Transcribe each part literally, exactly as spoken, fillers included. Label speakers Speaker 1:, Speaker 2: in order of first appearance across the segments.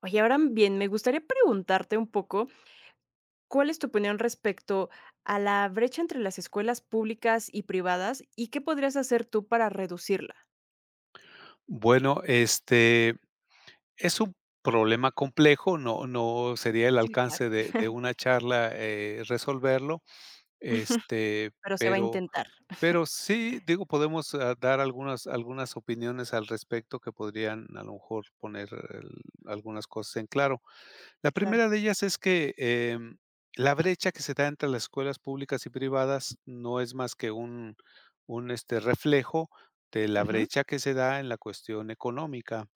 Speaker 1: Oye, ahora bien, me gustaría preguntarte un poco, ¿cuál es tu opinión respecto a la brecha entre las escuelas públicas y privadas y qué podrías hacer tú para reducirla?
Speaker 2: Bueno, este, es un problema complejo, no no sería el
Speaker 1: Sí, claro.
Speaker 2: alcance de de una charla, eh, resolverlo. este,
Speaker 1: Pero se va a
Speaker 2: pero
Speaker 1: intentar.
Speaker 2: pero sí, digo, podemos, ah, dar algunas algunas opiniones al respecto que podrían, a lo mejor, poner el algunas cosas en claro. La primera
Speaker 1: Claro.
Speaker 2: de ellas es que, em, la brecha que se da entre las escuelas públicas y privadas no es más que un un, este, reflejo de la
Speaker 1: Ujú,
Speaker 2: brecha que se da en la cuestión económica.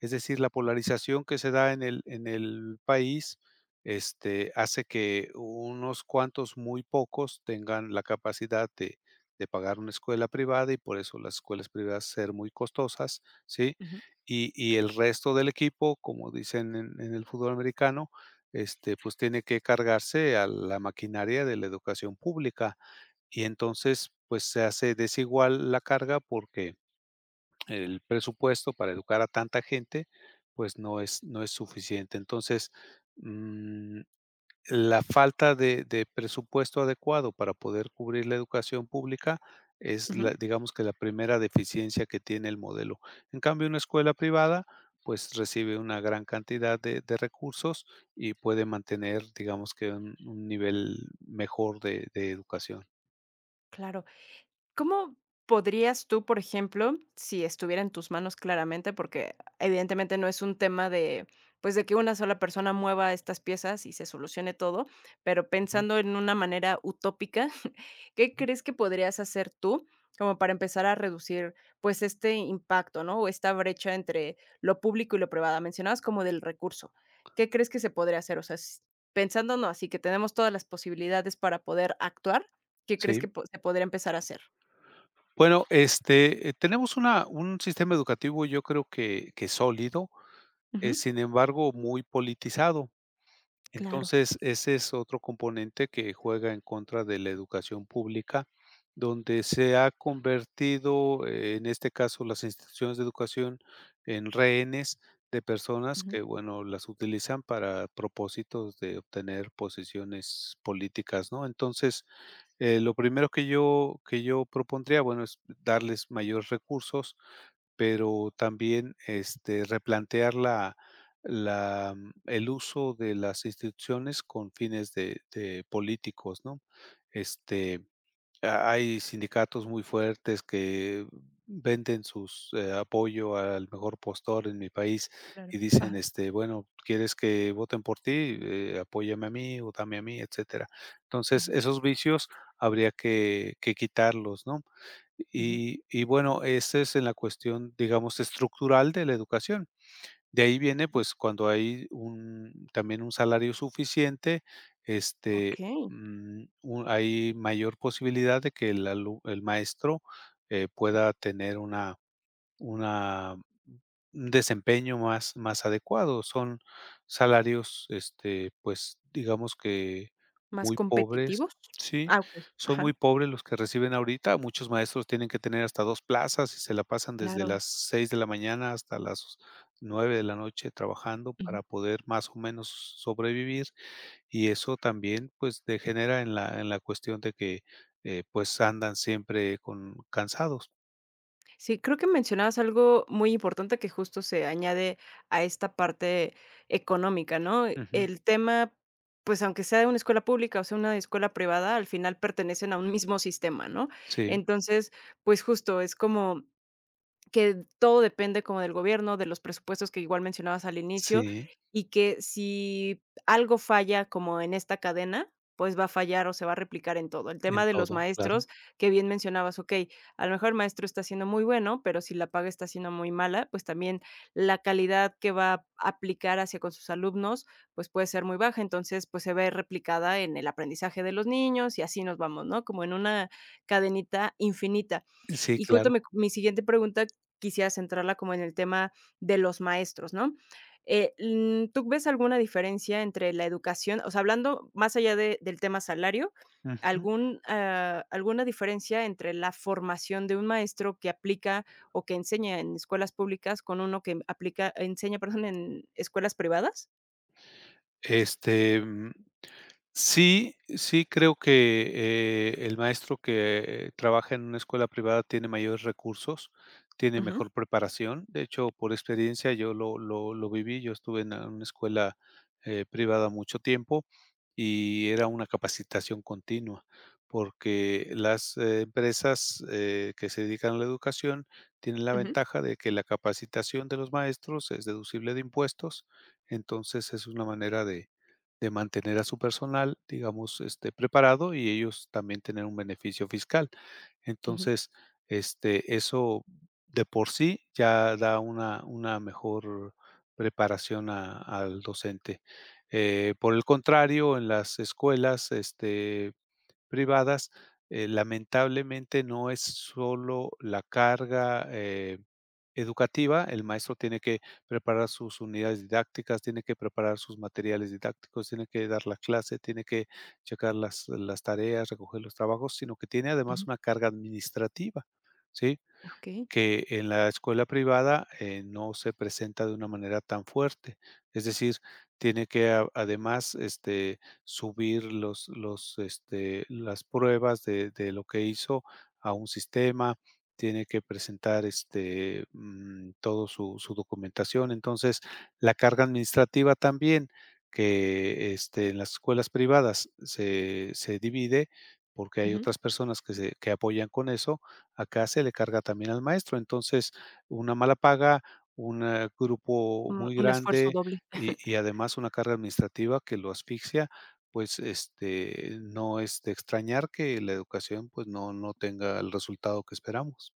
Speaker 2: Es decir, la polarización que se da en el en el país, este, hace que unos cuantos, muy pocos, tengan la capacidad de de pagar una escuela privada y por eso las escuelas privadas ser muy costosas, ¿sí?
Speaker 1: ujú,
Speaker 2: Y y el resto del equipo, como dicen en en el fútbol americano, este, pues, tiene que cargarse a la maquinaria de la educación pública. Y entonces, pues, se hace desigual la carga porque el presupuesto para educar a tanta gente, pues no es no es suficiente. Entonces, mm, la falta de de presupuesto adecuado para poder cubrir la educación pública es la
Speaker 1: ujú,
Speaker 2: digamos que la primera deficiencia que tiene el modelo. En cambio, una escuela privada, pues recibe una gran cantidad de de recursos y puede mantener, digamos que un un nivel mejor de de educación.
Speaker 1: claro. ¿Cómo podrías tú, por ejemplo, si estuviera en tus manos claramente? Porque evidentemente no es un tema de, pues, de que una sola persona mueva estas piezas y se solucione todo, pero
Speaker 2: Ujú,
Speaker 1: pensando en una manera utópica, ¿qué
Speaker 2: ujú.
Speaker 1: crees que podrías hacer tú como para empezar a reducir, pues, este impacto? ¿No? O esta brecha entre lo público y lo privado. Mencionabas como del recurso. ¿Qué crees que se podría hacer? O sea, s- pensando, no, así que tenemos todas las posibilidades para poder actuar, ¿qué crees
Speaker 2: Sí.
Speaker 1: que po- se podría empezar a hacer?
Speaker 2: Bueno, este, eh, tenemos una un sistema educativo, yo creo que que sólido, eh,
Speaker 1: Ujú.
Speaker 2: sin embargo, muy politizado.
Speaker 1: Claro.
Speaker 2: Entonces, ese es otro componente que juega en contra de la educación pública, donde se ha convertido, eh, en este caso, las instituciones de educación en rehenes de personas
Speaker 1: Ujú.
Speaker 2: que, bueno, las utilizan para propósitos de obtener posiciones políticas, ¿no? Entonces, eh, lo primero que yo que yo propondría, bueno, es darles mayores recursos, pero también, este, replantear la la mm, el uso de las instituciones con fines de de políticos, ¿no? Este, ha hay sindicatos muy fuertes que venden sus, eh, apoyo al mejor postor en mi país
Speaker 1: Claro.
Speaker 2: y dicen,
Speaker 1: Ajá.
Speaker 2: este, bueno, ¿quieres que voten por ti? Eh, apóyame a mí, votame a mí, etcétera. Entonces,
Speaker 1: Ujú,
Speaker 2: esos vicios habría que que quitarlos, ¿no?
Speaker 1: ujú,
Speaker 2: Y y bueno, esa es en la cuestión, digamos, estructural de la educación. De ahí viene,
Speaker 1: ujú,
Speaker 2: pues, cuando hay un también un salario suficiente, este,
Speaker 1: okey,
Speaker 2: mm, u hay mayor posibilidad de que el alu el maestro, eh, pueda tener una una un desempeño más más adecuado. Son salarios, este, pues, digamos que
Speaker 1: ¿más
Speaker 2: muy pobres,
Speaker 1: competitivos?
Speaker 2: sí,
Speaker 1: Ah, okey,
Speaker 2: son muy
Speaker 1: ajá.
Speaker 2: pobres los que reciben ahorita. Muchos maestros tienen que tener hasta dos plazas y se la pasan desde
Speaker 1: Claro.
Speaker 2: las seis de la mañana hasta las nueve de la noche trabajando
Speaker 1: Ujú.
Speaker 2: para poder más o menos sobrevivir, y eso también, pues, degenera en la en la cuestión de que, eh, pues, andan siempre con cansados.
Speaker 1: Sí, creo que mencionabas algo muy importante que justo se añade a esta parte económica, ¿no?
Speaker 2: Ujú.
Speaker 1: El tema, pues, aunque sea de una escuela pública o sea una escuela privada, al final pertenecen a un mismo sistema, ¿no?
Speaker 2: Sí,
Speaker 1: Entonces, pues, justo es como que todo depende como del gobierno, de los presupuestos que igual mencionabas al inicio,
Speaker 2: sí.
Speaker 1: y que si algo falla como en esta cadena, pues va a fallar o se va a replicar en todo. El
Speaker 2: En
Speaker 1: tema de los
Speaker 2: todo, claro.
Speaker 1: maestros, que bien mencionabas, okey, a lo mejor el maestro está siendo muy bueno, pero si la paga está siendo muy mala, pues también la calidad que va a aplicar hacia con sus alumnos, pues puede ser muy baja. Entonces, pues se ve replicada en el aprendizaje de los niños y así nos vamos, ¿no? Como en una cadenita infinita.
Speaker 2: Sí,
Speaker 1: Y justo
Speaker 2: claro.
Speaker 1: me mi siguiente pregunta quisiera centrarla como en el tema de los maestros, ¿no? Eh, mm, ¿tú ves alguna diferencia entre la educación? O sea, hablando más allá de- del tema salario,
Speaker 2: Ujú.
Speaker 1: algún, ah, alguna diferencia entre la formación de un maestro que aplica o que enseña en escuelas públicas con uno que aplica, enseña, perdón, en escuelas privadas?
Speaker 2: Este, mm, Sí, sí creo que, eh, el maestro que trabaja en una escuela privada tiene mayores recursos, tiene
Speaker 1: Ujú,
Speaker 2: mejor preparación. De hecho, por experiencia yo lo lo lo viví. Yo estuve en una escuela, eh, privada mucho tiempo y era una capacitación continua, porque las, eh, empresas, eh, que se dedican a la educación tienen la
Speaker 1: ujú,
Speaker 2: ventaja de que la capacitación de los maestros es deducible de impuestos, entonces es una manera de de mantener a su personal, digamos, este, preparado y ellos también tener un beneficio fiscal.
Speaker 1: ujú,
Speaker 2: Entonces, este, eso de por sí ya da una, una mejor preparación a- al docente. Eh, por el contrario, en las escuelas, este, privadas, eh, lamentablemente no es solo la carga, eh, educativa, el maestro tiene que preparar sus unidades didácticas, tiene que preparar sus materiales didácticos, tiene que dar la clase, tiene que checar las, las tareas, recoger los trabajos, sino que tiene además
Speaker 1: ujú,
Speaker 2: una carga administrativa, ¿sí?
Speaker 1: okey,
Speaker 2: Que en la escuela privada, eh, no se presenta de una manera tan fuerte. Es decir, tiene que a- además, este, subir los, los, este, las pruebas de, de lo que hizo a un sistema, tiene que presentar, este, mm, todo su, su documentación. Entonces, la carga administrativa también, que, este, en las escuelas privadas se, se divide porque hay
Speaker 1: ujú.
Speaker 2: otras personas que, se, que apoyan con eso. Acá se le carga también al maestro. Entonces, una mala paga, un, eh, grupo
Speaker 1: Un
Speaker 2: muy
Speaker 1: un esfuerzo
Speaker 2: grande
Speaker 1: doble.
Speaker 2: y y además una carga administrativa que lo asfixia, pues, este, no es de extrañar que la educación, pues, no no tenga el resultado que esperamos.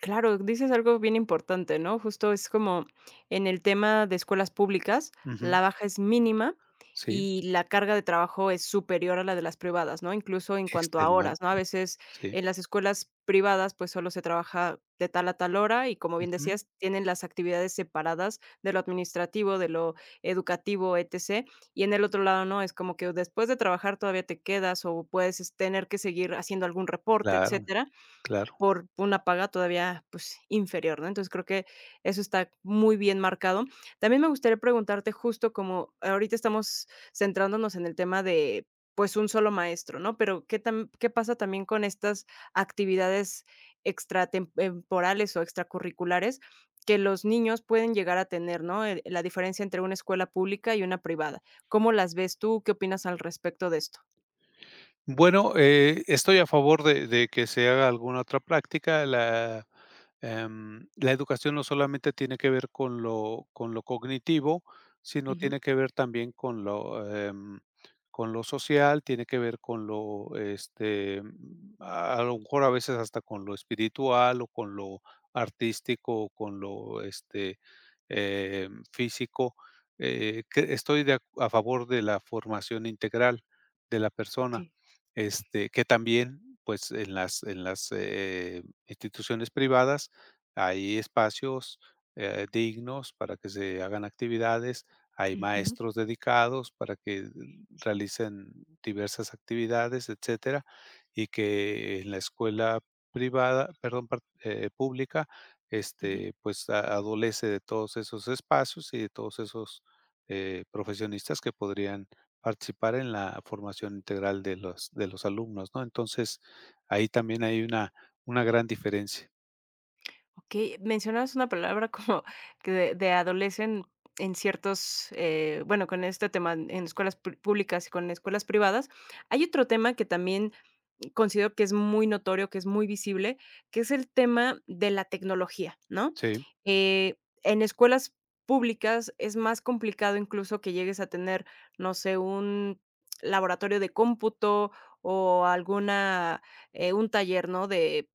Speaker 1: Claro, dices algo bien importante, ¿no? Justo es como en el tema de escuelas públicas,
Speaker 2: Ujú.
Speaker 1: la baja es mínima
Speaker 2: Sí,
Speaker 1: y la carga de trabajo es superior a la de las privadas, ¿no? Incluso en cuanto a horas, ¿no?
Speaker 2: extenuante,
Speaker 1: A veces
Speaker 2: sí.
Speaker 1: en las escuelas privadas pues solo se trabaja de tal a tal hora y como bien
Speaker 2: Ujú.
Speaker 1: decías, tienen las actividades separadas de lo administrativo, de lo educativo, etcétera. Y en el otro lado, ¿no? Es como que después de trabajar todavía te quedas o puedes es, tener que seguir haciendo algún reporte,
Speaker 2: Claro,
Speaker 1: etc.,
Speaker 2: claro.
Speaker 1: por una paga todavía, pues, inferior, ¿no? Entonces, creo que eso está muy bien marcado. También me gustaría preguntarte justo como ahorita estamos centrándonos en el tema de, pues, un solo maestro, ¿no? Pero, ¿qué tam qué pasa también con estas actividades extratemporales o extracurriculares que los niños pueden llegar a tener, ¿no? Eh, la diferencia entre una escuela pública y una privada. ¿Cómo las ves tú? ¿Qué opinas al respecto de esto?
Speaker 2: Bueno, eh, estoy a favor de de que se haga alguna otra práctica. La, em, la educación no solamente tiene que ver con lo con lo cognitivo, sino
Speaker 1: Ujú.
Speaker 2: tiene que ver también con lo, em, con lo social, tiene que ver con lo, este, a lo mejor a veces hasta con lo espiritual o con lo artístico o con lo, este, em, físico. Eh, que estoy de ac- a favor de la formación integral de la persona.
Speaker 1: Okey.
Speaker 2: Este, que también, pues, en las en las, eh, instituciones privadas hay espacios, eh, dignos para que se hagan actividades, hay
Speaker 1: Ujú,
Speaker 2: maestros dedicados para que realicen diversas actividades, etcétera, y que en la escuela privada, perdón, par eh, pública,
Speaker 1: ujú.
Speaker 2: este, pues, a adolece de todos esos espacios y de todos esos, eh, profesionistas que podrían participar en la formación integral de los de los alumnos, ¿no? Entonces, ahí también hay una una gran diferencia.
Speaker 1: Okey, mencionabas una palabra como que de de adolecen en ciertos, eh, bueno, con este tema en en escuelas pu públicas y con escuelas privadas. Hay otro tema que también considero que es muy notorio, que es muy visible, que es el tema de la tecnología, ¿no?
Speaker 2: Sí,
Speaker 1: Eh, en escuelas públicas es más complicado incluso que llegues a tener, no sé, un laboratorio de cómputo o alguna, eh, un taller, ¿no? De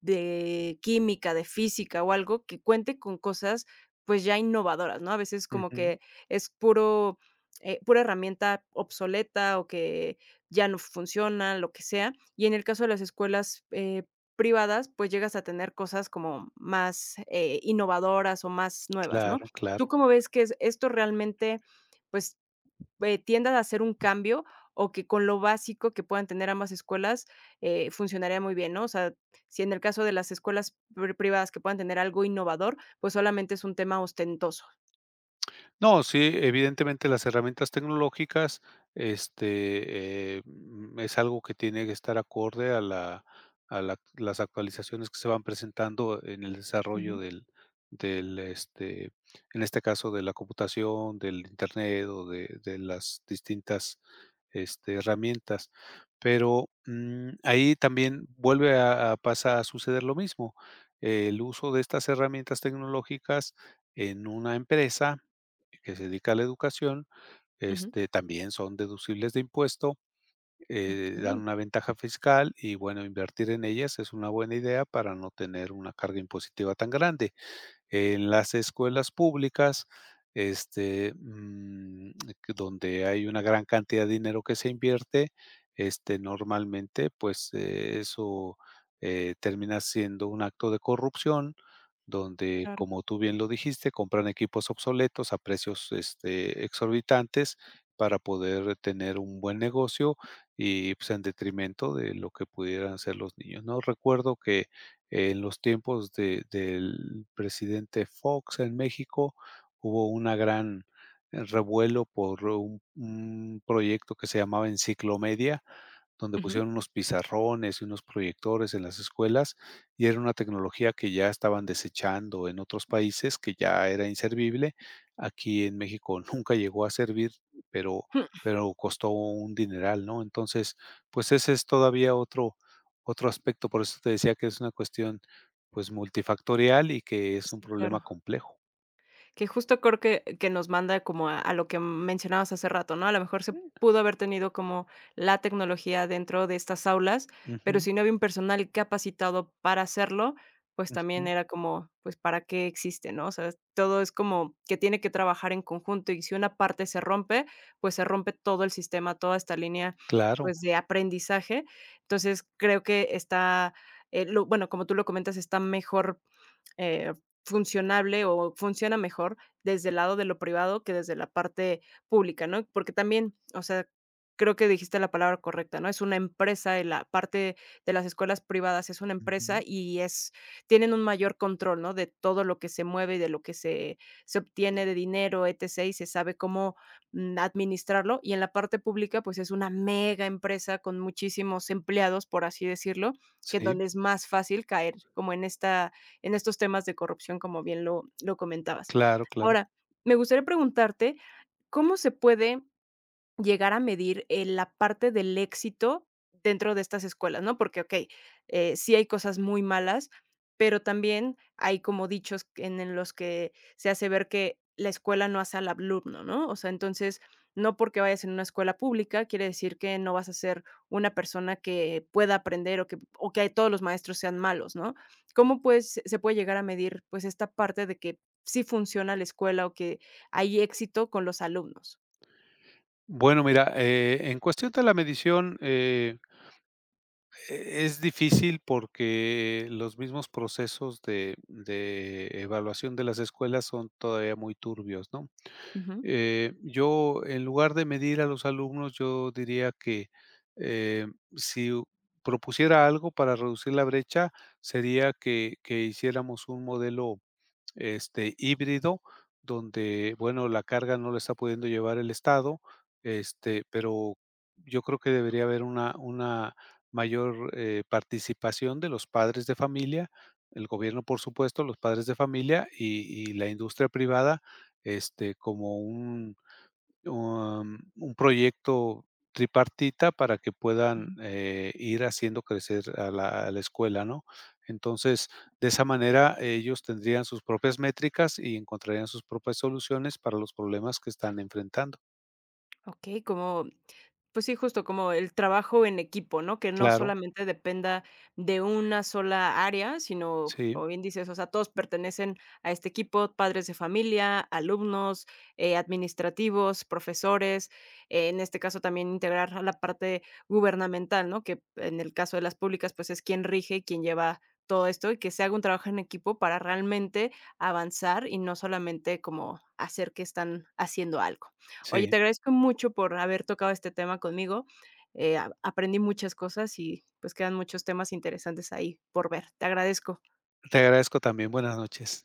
Speaker 1: de química, de física o algo que cuente con cosas, pues, ya innovadoras, ¿no? A veces como
Speaker 2: ujú,
Speaker 1: que es puro, eh, pura herramienta obsoleta o que ya no funciona, lo que sea. Y en el caso de las escuelas, eh, privadas, pues, llegas a tener cosas como más, eh, innovadoras o más nuevas, ¿no?
Speaker 2: claro,
Speaker 1: ¿Tú
Speaker 2: claro.
Speaker 1: cómo ves que es esto realmente? Pues, eh, ¿tiendas a hacer un cambio o que con lo básico que puedan tener ambas escuelas eh, funcionaría muy bien? ¿No? O sea, si en el caso de las escuelas pri- privadas que puedan tener algo innovador, pues solamente es un tema ostentoso.
Speaker 2: No, sí, evidentemente las herramientas tecnológicas, este, eh, mm, es algo que tiene que estar acorde a la a la las actualizaciones que se van presentando en el desarrollo
Speaker 1: Ujú,
Speaker 2: del del, este, en este caso, de la computación, del Internet o de de las distintas, este, herramientas. Pero, mm, ahí también vuelve a a pasa a suceder lo mismo. El uso de estas herramientas tecnológicas en una empresa, que se dedica a la educación,
Speaker 1: ujú.
Speaker 2: este, también son deducibles de impuesto,
Speaker 1: Ok,
Speaker 2: eh, dan una ventaja fiscal y, bueno, invertir en ellas es una buena idea para no tener una carga impositiva tan grande. En las escuelas públicas, este, mm, que donde hay una gran cantidad de dinero que se invierte, este, normalmente, pues, eh, eso, eh, termina siendo un acto de corrupción, donde,
Speaker 1: claro.
Speaker 2: como tú bien lo dijiste, compran equipos obsoletos a precios, este, exorbitantes para poder tener un buen negocio y, pues, en detrimento de lo que pudieran ser los niños, ¿no? Recuerdo que en los tiempos de del presidente Fox en México, hubo una gran, eh, revuelo por un un proyecto que se llamaba Enciclomedia, donde
Speaker 1: Ujú.
Speaker 2: pusieron unos pizarrones y unos proyectores en las escuelas, y era una tecnología que ya estaban desechando en otros países, que ya era inservible. Aquí en México nunca llegó a servir, pero pero costó un dineral, ¿no? Entonces, pues ese es todavía otro otro aspecto, por eso te decía que es una cuestión, pues, multifactorial y que es un
Speaker 1: Sí,
Speaker 2: problema
Speaker 1: claro.
Speaker 2: complejo.
Speaker 1: Que justo creo que que nos manda como a a lo que mencionabas hace rato, ¿no? A lo mejor se pudo haber tenido como la tecnología dentro de estas aulas, pero
Speaker 2: Ujú,
Speaker 1: si no había un personal capacitado para hacerlo, pues también
Speaker 2: ujú,
Speaker 1: era como, pues, ¿para qué existe? ¿No? O sea, todo es como que tiene que trabajar en conjunto y si una parte se rompe, pues se rompe todo el sistema, toda esta línea,
Speaker 2: claro,
Speaker 1: pues, de aprendizaje. Entonces, creo que está, eh, lo bueno, como tú lo comentas, está mejor eh, funcionable o funciona mejor desde el lado de lo privado que desde la parte pública, ¿no? Porque también, o sea, creo que dijiste la palabra correcta, ¿no? Es una empresa, en la parte de las escuelas privadas es una
Speaker 2: ujú,
Speaker 1: empresa y es, tienen un mayor control, ¿no? De todo lo que se mueve, y de lo que se, se obtiene de dinero, etcétera. Y se sabe cómo mm, administrarlo. Y en la parte pública, pues es una mega empresa con muchísimos empleados, por así decirlo, que en
Speaker 2: sí,
Speaker 1: donde es más fácil caer como en esta en estos temas de corrupción, como bien lo lo comentabas.
Speaker 2: claro, claro.
Speaker 1: Ahora, me gustaría preguntarte, ¿cómo se puede llegar a medir, eh, la parte del éxito dentro de estas escuelas? ¿No? Porque, okey, eh, sí hay cosas muy malas, pero también hay como dichos en en los que se hace ver que la escuela no hace al alumno, ¿no? O sea, entonces, no porque vayas en una escuela pública quiere decir que no vas a ser una persona que pueda aprender o que o que todos los maestros sean malos, ¿no? ¿Cómo, pues, se puede llegar a medir, pues, esta parte de que sí funciona la escuela o que hay éxito con los alumnos?
Speaker 2: Bueno, mira, eh, en cuestión de la medición, eh, e- es difícil porque los mismos procesos de, de evaluación de las escuelas son todavía muy turbios, ¿no?
Speaker 1: Ujú.
Speaker 2: Eh, yo, en lugar de medir a los alumnos, yo diría que eh, si u- propusiera algo para reducir la brecha, sería que, que hiciéramos un modelo, este, híbrido, donde, bueno, la carga no la está pudiendo llevar el Estado, este, pero yo creo que debería haber una una mayor, eh, participación de los padres de familia, el gobierno, por supuesto, los padres de familia y y la industria privada, este, como un Um, un proyecto tripartita para que puedan, eh, ir haciendo crecer a la a la escuela, ¿no? Entonces, de esa manera, ellos tendrían sus propias métricas y encontrarían sus propias soluciones para los problemas que están enfrentando.
Speaker 1: Okey, como, pues sí, justo como el trabajo en equipo, ¿no? Que no
Speaker 2: Claro,
Speaker 1: solamente dependa de una sola área, sino,
Speaker 2: sí,
Speaker 1: como bien dices, o sea, todos pertenecen a este equipo, padres de familia, alumnos, eh, administrativos, profesores, eh, en este caso también integrar a la parte gubernamental, ¿no? Que en el caso de las públicas, pues es quien rige y quien lleva todo esto y que se haga un trabajo en equipo para realmente avanzar y no solamente como hacer que están haciendo algo. Oye,
Speaker 2: sí.
Speaker 1: te agradezco mucho por haber tocado este tema conmigo. Eh, a aprendí muchas cosas y, pues, quedan muchos temas interesantes ahí por ver. Te agradezco.
Speaker 2: Te agradezco también. Buenas noches.